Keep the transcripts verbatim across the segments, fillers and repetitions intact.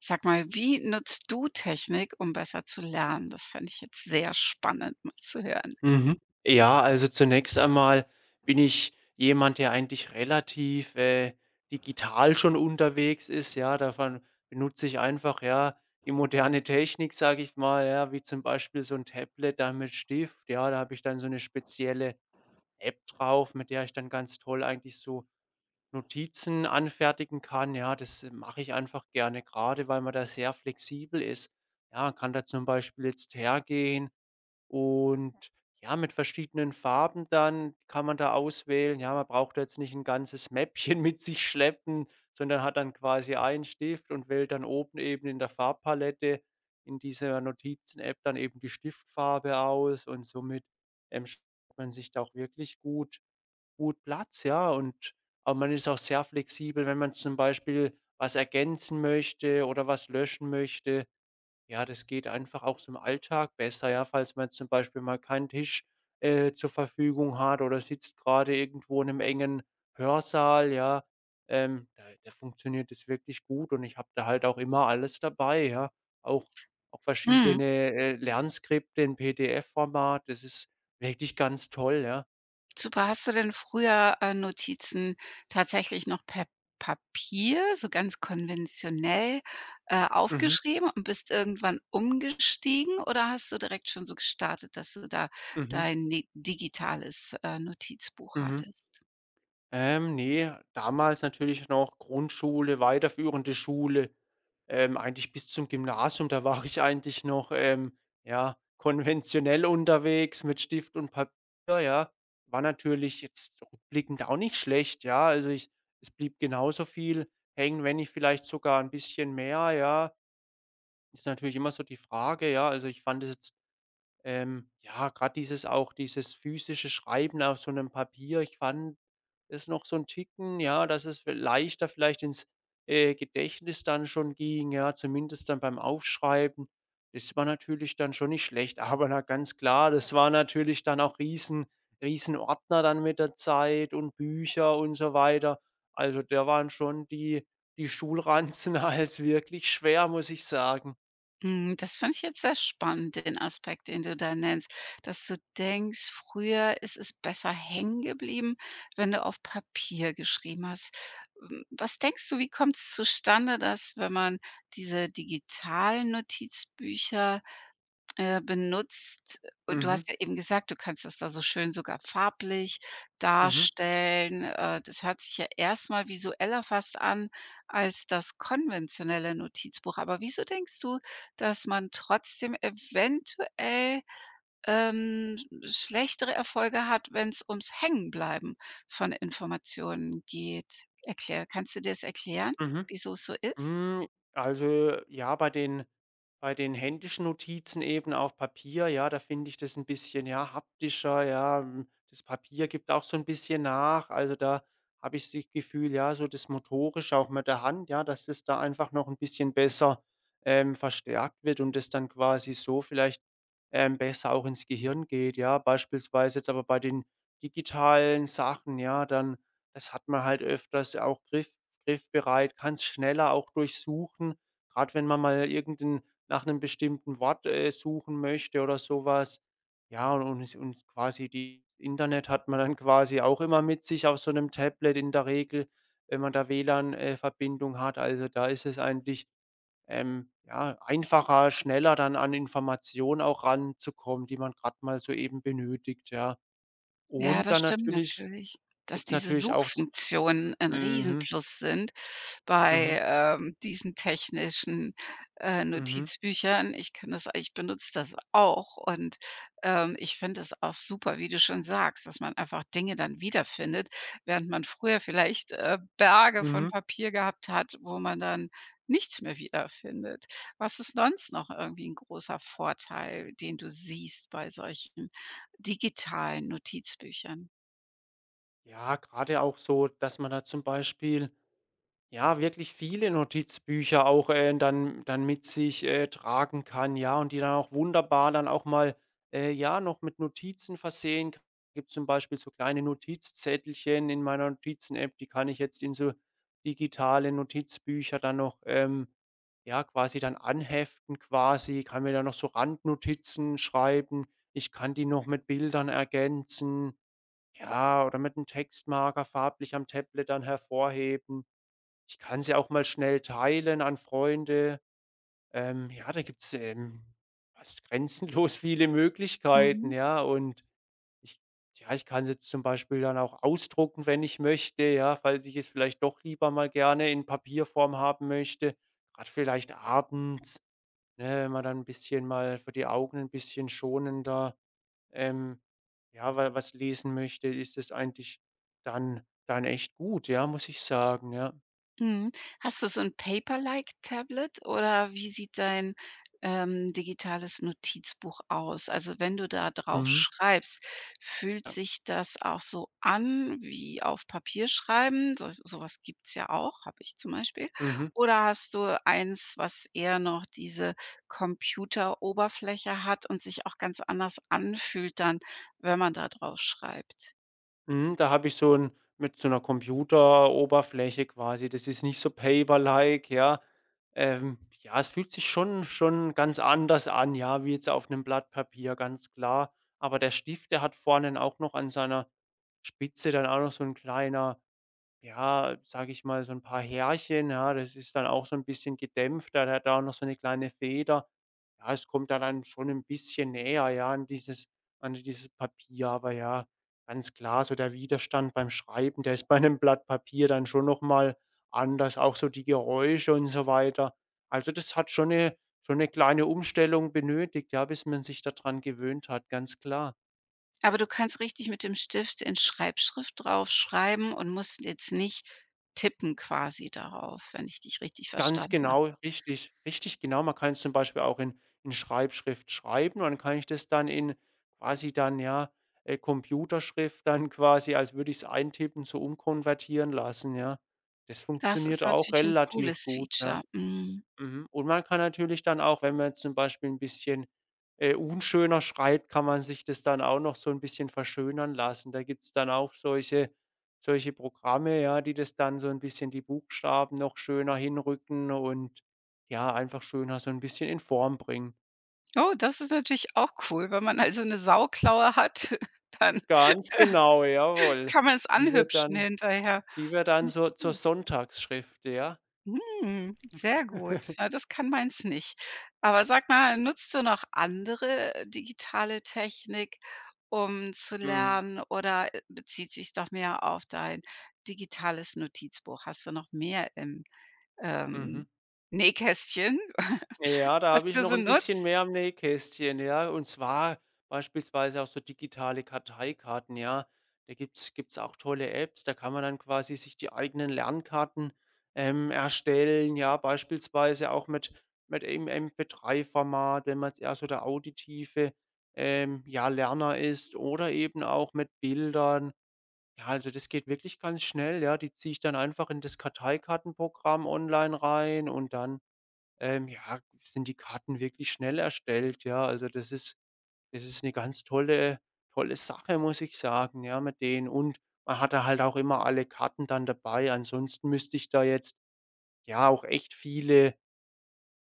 Sag mal, wie nutzt du Technik, um besser zu lernen? Das fände ich jetzt sehr spannend mal zu hören. Mhm. Ja, also zunächst einmal bin ich jemand, der eigentlich relativ, äh, digital schon unterwegs ist, ja. Davon benutze ich einfach, ja, die moderne Technik, sage ich mal, ja, wie zum Beispiel so ein Tablet dann mit Stift, ja. Da habe ich dann so eine spezielle App drauf, mit der ich dann ganz toll eigentlich so Notizen anfertigen kann, ja. Das äh, mache ich einfach gerne, gerade, weil man da sehr flexibel ist. Ja, kann da zum Beispiel jetzt hergehen und ja, mit verschiedenen Farben dann kann man da auswählen. Ja, man braucht da jetzt nicht ein ganzes Mäppchen mit sich schleppen, sondern hat dann quasi einen Stift und wählt dann oben eben in der Farbpalette in dieser Notizen-App dann eben die Stiftfarbe aus und somit, ähm, schafft man sich da auch wirklich gut gut Platz, ja. Und aber man ist auch sehr flexibel, wenn man zum Beispiel was ergänzen möchte oder was löschen möchte. Ja, das geht einfach auch so im Alltag besser, ja, falls man zum Beispiel mal keinen Tisch, äh, zur Verfügung hat oder sitzt gerade irgendwo in einem engen Hörsaal, ja. Ähm, da da funktioniert das wirklich gut und ich habe da halt auch immer alles dabei, ja. Auch auch Mhm, verschiedene, äh, Lernskripte in P D F-Format. Das ist wirklich ganz toll, ja. super. Hast du denn früher, äh, Notizen tatsächlich noch per Papier, so ganz konventionell, äh, Mhm, aufgeschrieben und bist irgendwann umgestiegen oder hast du direkt schon so gestartet, dass du da mhm, dein ne digitales, äh, Notizbuch mhm. hattest? Ähm, ne, damals natürlich noch Grundschule, weiterführende Schule, ähm, eigentlich bis zum Gymnasium, da war ich eigentlich noch, ähm, ja, konventionell unterwegs mit Stift und Papier, ja. War natürlich jetzt rückblickend auch nicht schlecht, ja. Also, ich es blieb genauso viel hängen, wenn nicht vielleicht sogar ein bisschen mehr, ja. Ist natürlich immer so die Frage, ja. Also, ich fand es jetzt ähm, ja, gerade dieses auch dieses physische Schreiben auf so einem Papier, ich fand es noch so ein Ticken, ja, dass es vi leichter vielleicht ins, äh, Gedächtnis dann schon ging, ja, zumindest dann beim Aufschreiben. Das war natürlich dann schon nicht schlecht, aber na ganz klar, das war natürlich dann auch riesen riesen Ordner dann mit der Zeit und Bücher und so weiter. Also, da waren schon die die Schulranzen als wirklich schwer, muss ich sagen. Hm, das fand ich jetzt sehr spannend, den Aspekt, den du da nennst, dass du denkst, früher ist es besser hängen geblieben, wenn du auf Papier geschrieben hast. Hm, was denkst du, wie kommt es zustande, dass, wenn man diese digitalen Notizbücher äh, benutzt und du Mhm, hast ja eben gesagt, du kannst das da so schön sogar farblich mhm, darstellen. Äh, das hört sich ja erstmal visueller fast an als das konventionelle Notizbuch. Aber wieso denkst du, dass man trotzdem eventuell, ähm, schlechtere Erfolge hat, wenn es ums Hängenbleiben von Informationen geht? Erklär kannst du dir das erklären, mhm. wieso es so ist? Hm, also, ja, bei den bei den händischen Notizen eben auf Papier, ja, da finde ich das ein bisschen, ja, haptischer, ja. Hm, das Papier gibt auch so ein bisschen nach. Also, da habe ich das Gefühl, ja, so das Motorische auch mit der Hand, ja, dass das da einfach noch ein bisschen besser, ähm, verstärkt wird und das dann quasi so vielleicht, ähm, besser auch ins Gehirn geht, ja. Beispielsweise jetzt aber bei den digitalen Sachen, ja, dann das hat man halt öfters auch griff griffbereit, kann es schneller auch durchsuchen, gerade wenn man mal irgendein nach einem bestimmten Wort, äh, suchen möchte oder sowas. Ja, und und, es und quasi die das Internet hat man dann quasi auch immer mit sich auf so einem Tablet in der Regel, wenn man da W L A N, äh, Verbindung hat. Also, da ist es eigentlich, ähm, ja, einfacher, schneller dann an Informationen auch ranzukommen, die man gerade mal so eben benötigt, ja. Ja, Und das dann stimmt natürlich natürlich, dass gibt's diese natürlich auch s Suchfunktionen ein mhm. Riesenplus sind Mhm, bei, ähm, diesen technischen, äh, mhm, Notizbüchern. Ich kann das ich benutze das auch und, ähm, ich finde es auch super, wie du schon sagst, dass man einfach Dinge dann wiederfindet, während man früher vielleicht, äh, Berge von mhm. Papier gehabt hat, wo man dann nichts mehr wiederfindet. Was ist sonst noch irgendwie ein großer Vorteil, den du siehst bei solchen digitalen Notizbüchern? Ja, gerade auch so, dass man da zum Beispiel, ja, wirklich viele Notizbücher auch, äh, dann dann mit sich, äh, tragen kann, ja, und die dann auch wunderbar dann auch mal, äh, ja, noch mit Notizen versehen k Gibt zum Beispiel so kleine Notizzettelchen in meiner Notizen-App, die kann ich jetzt in so digitale Notizbücher dann noch, ähm, ja, quasi dann anheften quasi, kann mir da noch so Randnotizen schreiben. Ich kann die noch mit Bildern ergänzen. Ja, oder mit einem Textmarker farblich am Tablet dann hervorheben. Ich kann sie auch mal schnell teilen an Freunde. Ähm, ja, da gibt's, ähm, fast grenzenlos viele Mhm, Möglichkeiten, ja, und ich ja, ich kann's jetzt zum Beispiel dann auch ausdrucken, wenn ich möchte, ja, falls ich es vielleicht doch lieber mal gerne in Papierform haben möchte, gerade vielleicht abends, ne, wenn man dann ein bisschen mal für die Augen ein bisschen schonender ähm, ja, wa was lesen möchte, ist es eigentlich dann dann echt gut, ja, muss ich sagen, ja. mhm. Hast du so 'n Paper-like Tablet oder wie sieht dein, ähm, digitales Notizbuch aus? Also, wenn du da drauf Mhm. schreibst, fühlt Ja. sich das auch so an wie auf Papier schreiben? So so gibt's ja auch, habe ich zum Beispiel. Mhm. Oder hast du eins, was eher noch diese Computeroberfläche hat und sich auch ganz anders anfühlt dann, wenn man da drauf schreibt? Mhm, da habe ich so ein mit so einer Computeroberfläche quasi, das ist nicht so paperlike, ja. Ähm, ja, es fühlt sich schon schon ganz anders an, ja, wie jetzt auf einem Blatt Papier, ganz klar. Aber der Stift, der hat vorne auch noch an seiner Spitze dann auch noch so ein kleiner. Ja, sage ich mal, so ein paar Härchen, ja, das ist dann auch so ein bisschen gedämpfter. Der hat da auch noch so eine kleine Feder. Ja, es kommt da dann schon ein bisschen näher, ja, an dieses an dieses Papier. Aber ja, ganz klar, so der Widerstand beim Schreiben, der ist bei einem Blatt Papier dann schon noch mal anders, auch so die Geräusche und so weiter. Also, das hat schon eine schon eine kleine Umstellung benötigt, ja, bis man sich daran gewöhnt hat, ganz klar. Aber du kannst richtig mit dem Stift in Schreibschrift draufschreiben und musst jetzt nicht tippen quasi darauf, wenn ich dich richtig Ganz verstanden habe. genau, richtig, richtig genau. Man kann es zum Beispiel auch in in Schreibschrift schreiben und dann kann ich das dann in quasi dann, ja, äh, Computerschrift dann quasi, als würde ich es eintippen, so umkonvertieren lassen, ja. Das Das ist funktioniert auch natürlich 'n relativ cooles gut, ja. Feature. Mhm. Mhm. Und man kann natürlich dann auch, wenn man jetzt zum Beispiel ein bisschen, äh, unschöner schreibt, kann man sich das dann auch noch so ein bisschen verschönern lassen. Da gibt's dann auch solche solche Programme, ja, die das dann so ein bisschen die Buchstaben noch schöner hinrücken und, ja, einfach schöner so ein bisschen in Form bringen. Oh, das ist natürlich auch cool, wenn man also 'ne Sauklaue hat, dann Ganz genau, jawohl. kann man's Die wird anhübschen dann hinterher. die wird dann Finde so ich zur gut. Sonntagsschrift, ja. Hm, sehr gut. Ja, das kann meins nicht. Aber sag mal, nutzt du noch andere äh, digitale Technik, um zu Mhm. lernen oder, äh, bezieht sich doch mehr auf dein digitales Notizbuch? Hast du noch mehr im, Mhm. ähm, Nähkästchen, Ja, da was habe ich du noch so ein bisschen nutzt? mehr im Nähkästchen, ja. Und zwar beispielsweise auch so digitale Karteikarten, ja. Da gibt's gibt's auch tolle Apps, da kann man dann quasi sich die eigenen Lernkarten, ähm, erstellen, ja, beispielsweise auch mit mit im M P drei Format, wenn man jetzt eher so der auditive, ähm, ja, Lerner ist oder eben auch mit Bildern. Ja, also, das geht wirklich ganz schnell, ja. Die ziehe ich dann einfach in das Karteikartenprogramm online rein und dann ähm, ja, sind die Karten wirklich schnell erstellt, ja. Also, das ist das ist eine ganz tolle tolle Sache, muss ich sagen, ja, mit denen. Und man hat da halt auch immer alle Karten dann dabei. Ansonsten müsste ich da jetzt, ja, auch echt viele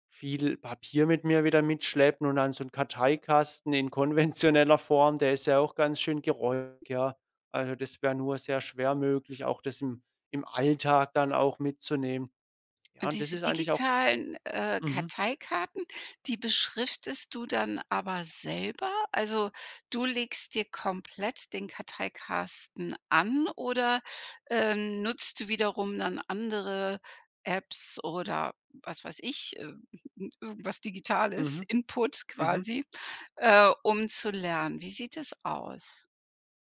viel Papier mit mir wieder mitschleppen und dann so ein Karteikasten in konventioneller Form, der ist ja auch ganz schön geräumig, ja. Also, das wäre nur sehr schwer möglich, auch das im im Alltag dann auch mitzunehmen. Ja, Und und das diese ist eigentlich auch digitalen, äh, mhm, Karteikarten, die beschriftest du dann aber selber? Also, du legst dir komplett den Karteikasten an oder, ähm, nutzt du wiederum dann andere Apps oder was weiß ich, äh, irgendwas Digitales, mhm, Input mhm. quasi, äh, um zu lernen? Wie sieht es aus?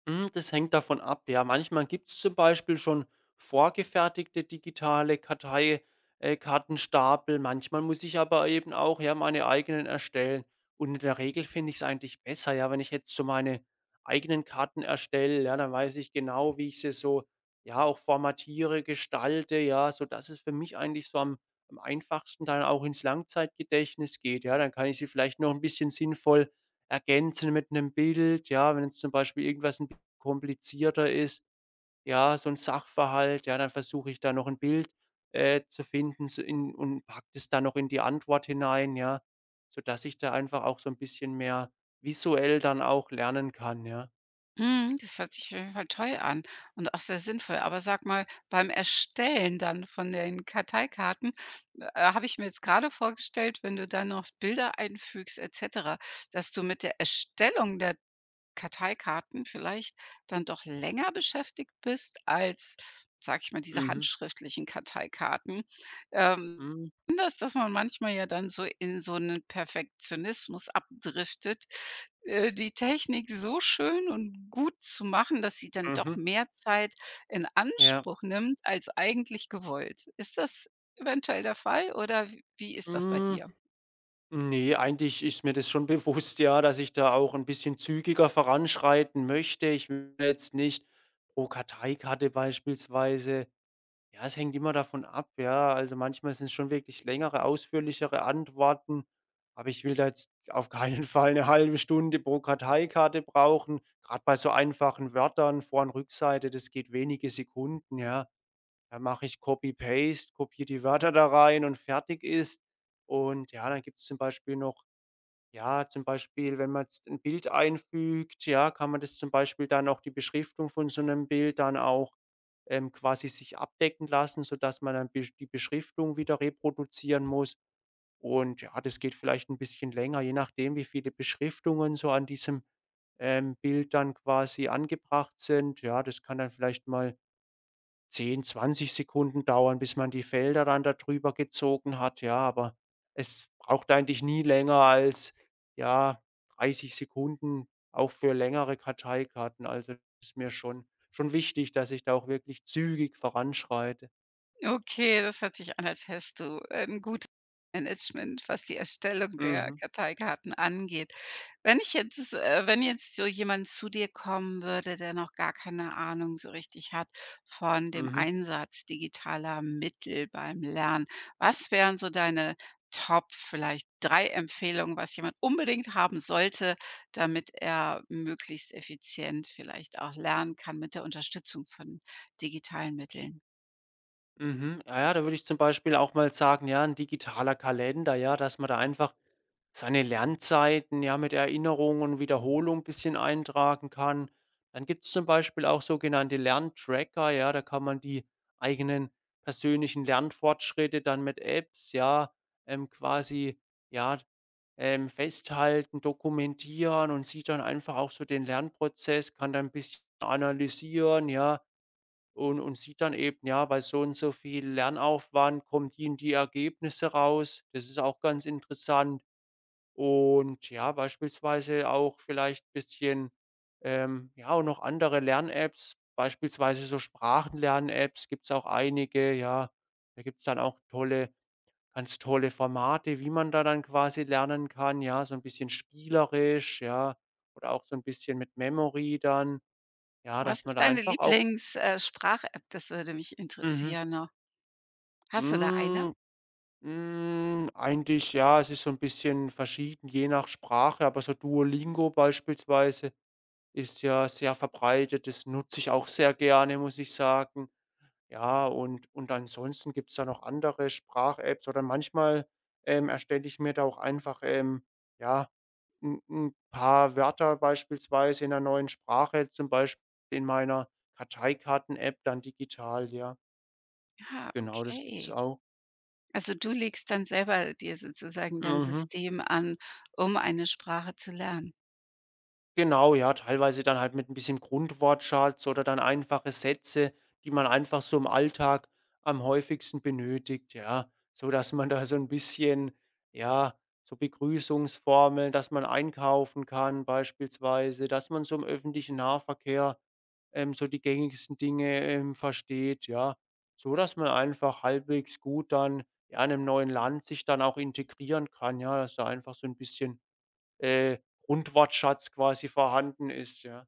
Hm, das hängt davon ab, ja. Manchmal gibt es zum Beispiel schon vorgefertigte digitale Kartei äh, Kartenstapel, manchmal muss ich aber eben auch, ja, meine eigenen erstellen. Und in der Regel finde ich es eigentlich besser, ja, wenn ich jetzt so meine eigenen Karten erstelle, ja, dann weiß ich genau, wie ich sie so, ja, auch formatiere, gestalte, ja, so sodass es für mich eigentlich so am am einfachsten dann auch ins Langzeitgedächtnis geht, ja. Dann kann ich sie vielleicht noch ein bisschen sinnvoll ergänzen mit einem Bild, ja, wenn jetzt zum Beispiel irgendwas 'n komplizierter ist, ja, so ein Sachverhalt, ja, dann versuche ich da noch ein Bild, äh, zu finden so in und packe das dann noch in die Antwort hinein, ja, sodass ich da einfach auch so ein bisschen mehr visuell dann auch lernen kann, ja. Mhm, das hört sich auf jeden Fall toll an und auch sehr sinnvoll. Aber sag mal, beim Erstellen dann von den Karteikarten, äh, habe ich mir jetzt gerade vorgestellt, wenn du dann noch Bilder einfügst et cetera, dass du mit der Erstellung der Karteikarten vielleicht dann doch länger beschäftigt bist als, sage ich mal, diese Mhm. handschriftlichen Karteikarten. Ähm, Mhm. Anders, dass man manchmal ja dann so in so einen Perfektionismus abdriftet, äh, die Technik so schön und gut zu machen, dass sie dann doch Mhm. mehr Zeit in Ja. Anspruch nimmt als eigentlich gewollt. Ist das eventuell der Fall oder w wie ist das bei Hm, dir? ne, eigentlich ist mir das schon bewusst, ja, dass ich da auch ein bisschen zügiger voranschreiten möchte. Ich will jetzt nicht pro Karteikarte beispielsweise. Ja, es hängt immer davon ab, ja. Also, manchmal sind's schon wirklich längere, ausführlichere Antworten, aber ich will da jetzt auf keinen Fall eine halbe Stunde pro Karteikarte brauchen. Gerade bei so einfachen Wörtern, Vor und Rückseite, das geht wenige Sekunden, ja. Da mache ich Copy Paste, kopiere die Wörter da rein und fertig ist. Und ja, dann gibt es zum Beispiel noch ja, zum Beispiel, wenn man jetzt 'n Bild einfügt, ja, kann man das zum Beispiel dann auch die Beschriftung von so einem Bild dann auch, ähm, quasi sich abdecken lassen, sodass man dann besch die Beschriftung wieder reproduzieren muss. Und ja, das geht vielleicht ein bisschen länger, je nachdem, wie viele Beschriftungen so an diesem, ähm, Bild dann quasi angebracht sind. Ja, das kann dann vielleicht mal zehn, zwanzig Sekunden dauern, bis man die Felder dann da drüber gezogen hat, ja, aber es braucht eigentlich nie länger als, ja, dreißig Sekunden, auch für längere Karteikarten. Also, ist mir schon schon wichtig, dass ich da auch wirklich zügig voranschreite. Okay, das hört sich an, als hättest du ein gutes Management, was die Erstellung der Mhm, Karteikarten angeht. Wenn ich jetzt äh, wenn jetzt so jemand zu dir kommen würde, der noch gar keine Ahnung so richtig hat von dem mhm. Einsatz digitaler Mittel beim Lernen, was wären so deine Top vielleicht drei Empfehlungen, was jemand unbedingt haben sollte, damit er möglichst effizient vielleicht auch lernen kann mit der Unterstützung von digitalen Mitteln? Mhm. Ah ja, da würde ich zum Beispiel auch mal sagen, ja, ein digitaler Kalender, ja, dass man da einfach seine Lernzeiten, ja, mit Erinnerung und Wiederholung ein bisschen eintragen kann. Dann gibt es zum Beispiel auch sogenannte Lerntracker, ja, da kann man die eigenen persönlichen Lernfortschritte dann mit Apps, ja, ähm, quasi, ja, ähm, festhalten, dokumentieren und sieht dann einfach auch so den Lernprozess, kann da ein bisschen analysieren, ja und und sieht dann eben, ja, bei so und so viel Lernaufwand kommen die und die Ergebnisse raus. Das ist auch ganz interessant. Und ja, beispielsweise auch vielleicht ein bisschen, ähm, ja, auch noch andere Lern-Apps, beispielsweise so Sprachenlern-Apps gibt's auch einige, ja. Da gibt's dann auch tolle ganz tolle Formate, wie man da dann quasi lernen kann, ja, so ein bisschen spielerisch, ja, oder auch so ein bisschen mit Memory dann, ja, Was dass ist man da deine einfach auch Lieblings äh, Sprach-App? Das würde mich mhm. interessieren noch. Hast du da eine? Hm. Hm, eigentlich ja, es ist so ein bisschen verschieden, je nach Sprache, aber so Duolingo beispielsweise ist ja sehr verbreitet. Das nutze ich auch sehr gerne, muss ich sagen. Ja, und und ansonsten gibt es da noch andere Sprach-Apps oder manchmal, ähm, erstelle ich mir da auch einfach, ähm, ja, ein 'n paar Wörter beispielsweise in einer neuen Sprache, zum Beispiel in meiner Karteikarten-App dann digital, ja. Ah, Genau, das gibt's okay. auch. Also, du legst dann selber dir sozusagen dein Mhm. System an, um eine Sprache zu lernen? Genau, ja, teilweise dann halt mit ein bisschen Grundwortschatz oder dann einfache Sätze, die man einfach so im Alltag am häufigsten benötigt, ja, so dass man da so ein bisschen ja, so Begrüßungsformeln, dass man einkaufen kann beispielsweise, dass man so im öffentlichen Nahverkehr, ähm, so die gängigsten Dinge, ähm, versteht, ja, so dass man einfach halbwegs gut dann, ja, in einem neuen Land sich dann auch integrieren kann, ja, dass da einfach so ein bisschen äh, Rundwortschatz quasi vorhanden ist, ja.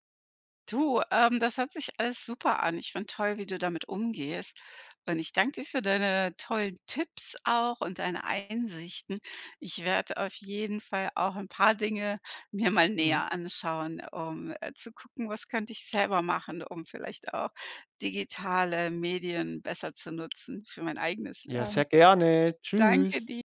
Du, ähm, das hört sich alles super an. Ich finde toll, wie du damit umgehst. Und ich danke dir für deine tollen Tipps auch und deine Einsichten. Ich werde auf jeden Fall auch ein paar Dinge mir mal Mhm. näher anschauen, um äh, zu gucken, was könnte ich selber machen, um vielleicht auch digitale Medien besser zu nutzen für mein eigenes Ja, Lernen. sehr gerne. Danke Tschüss. dir.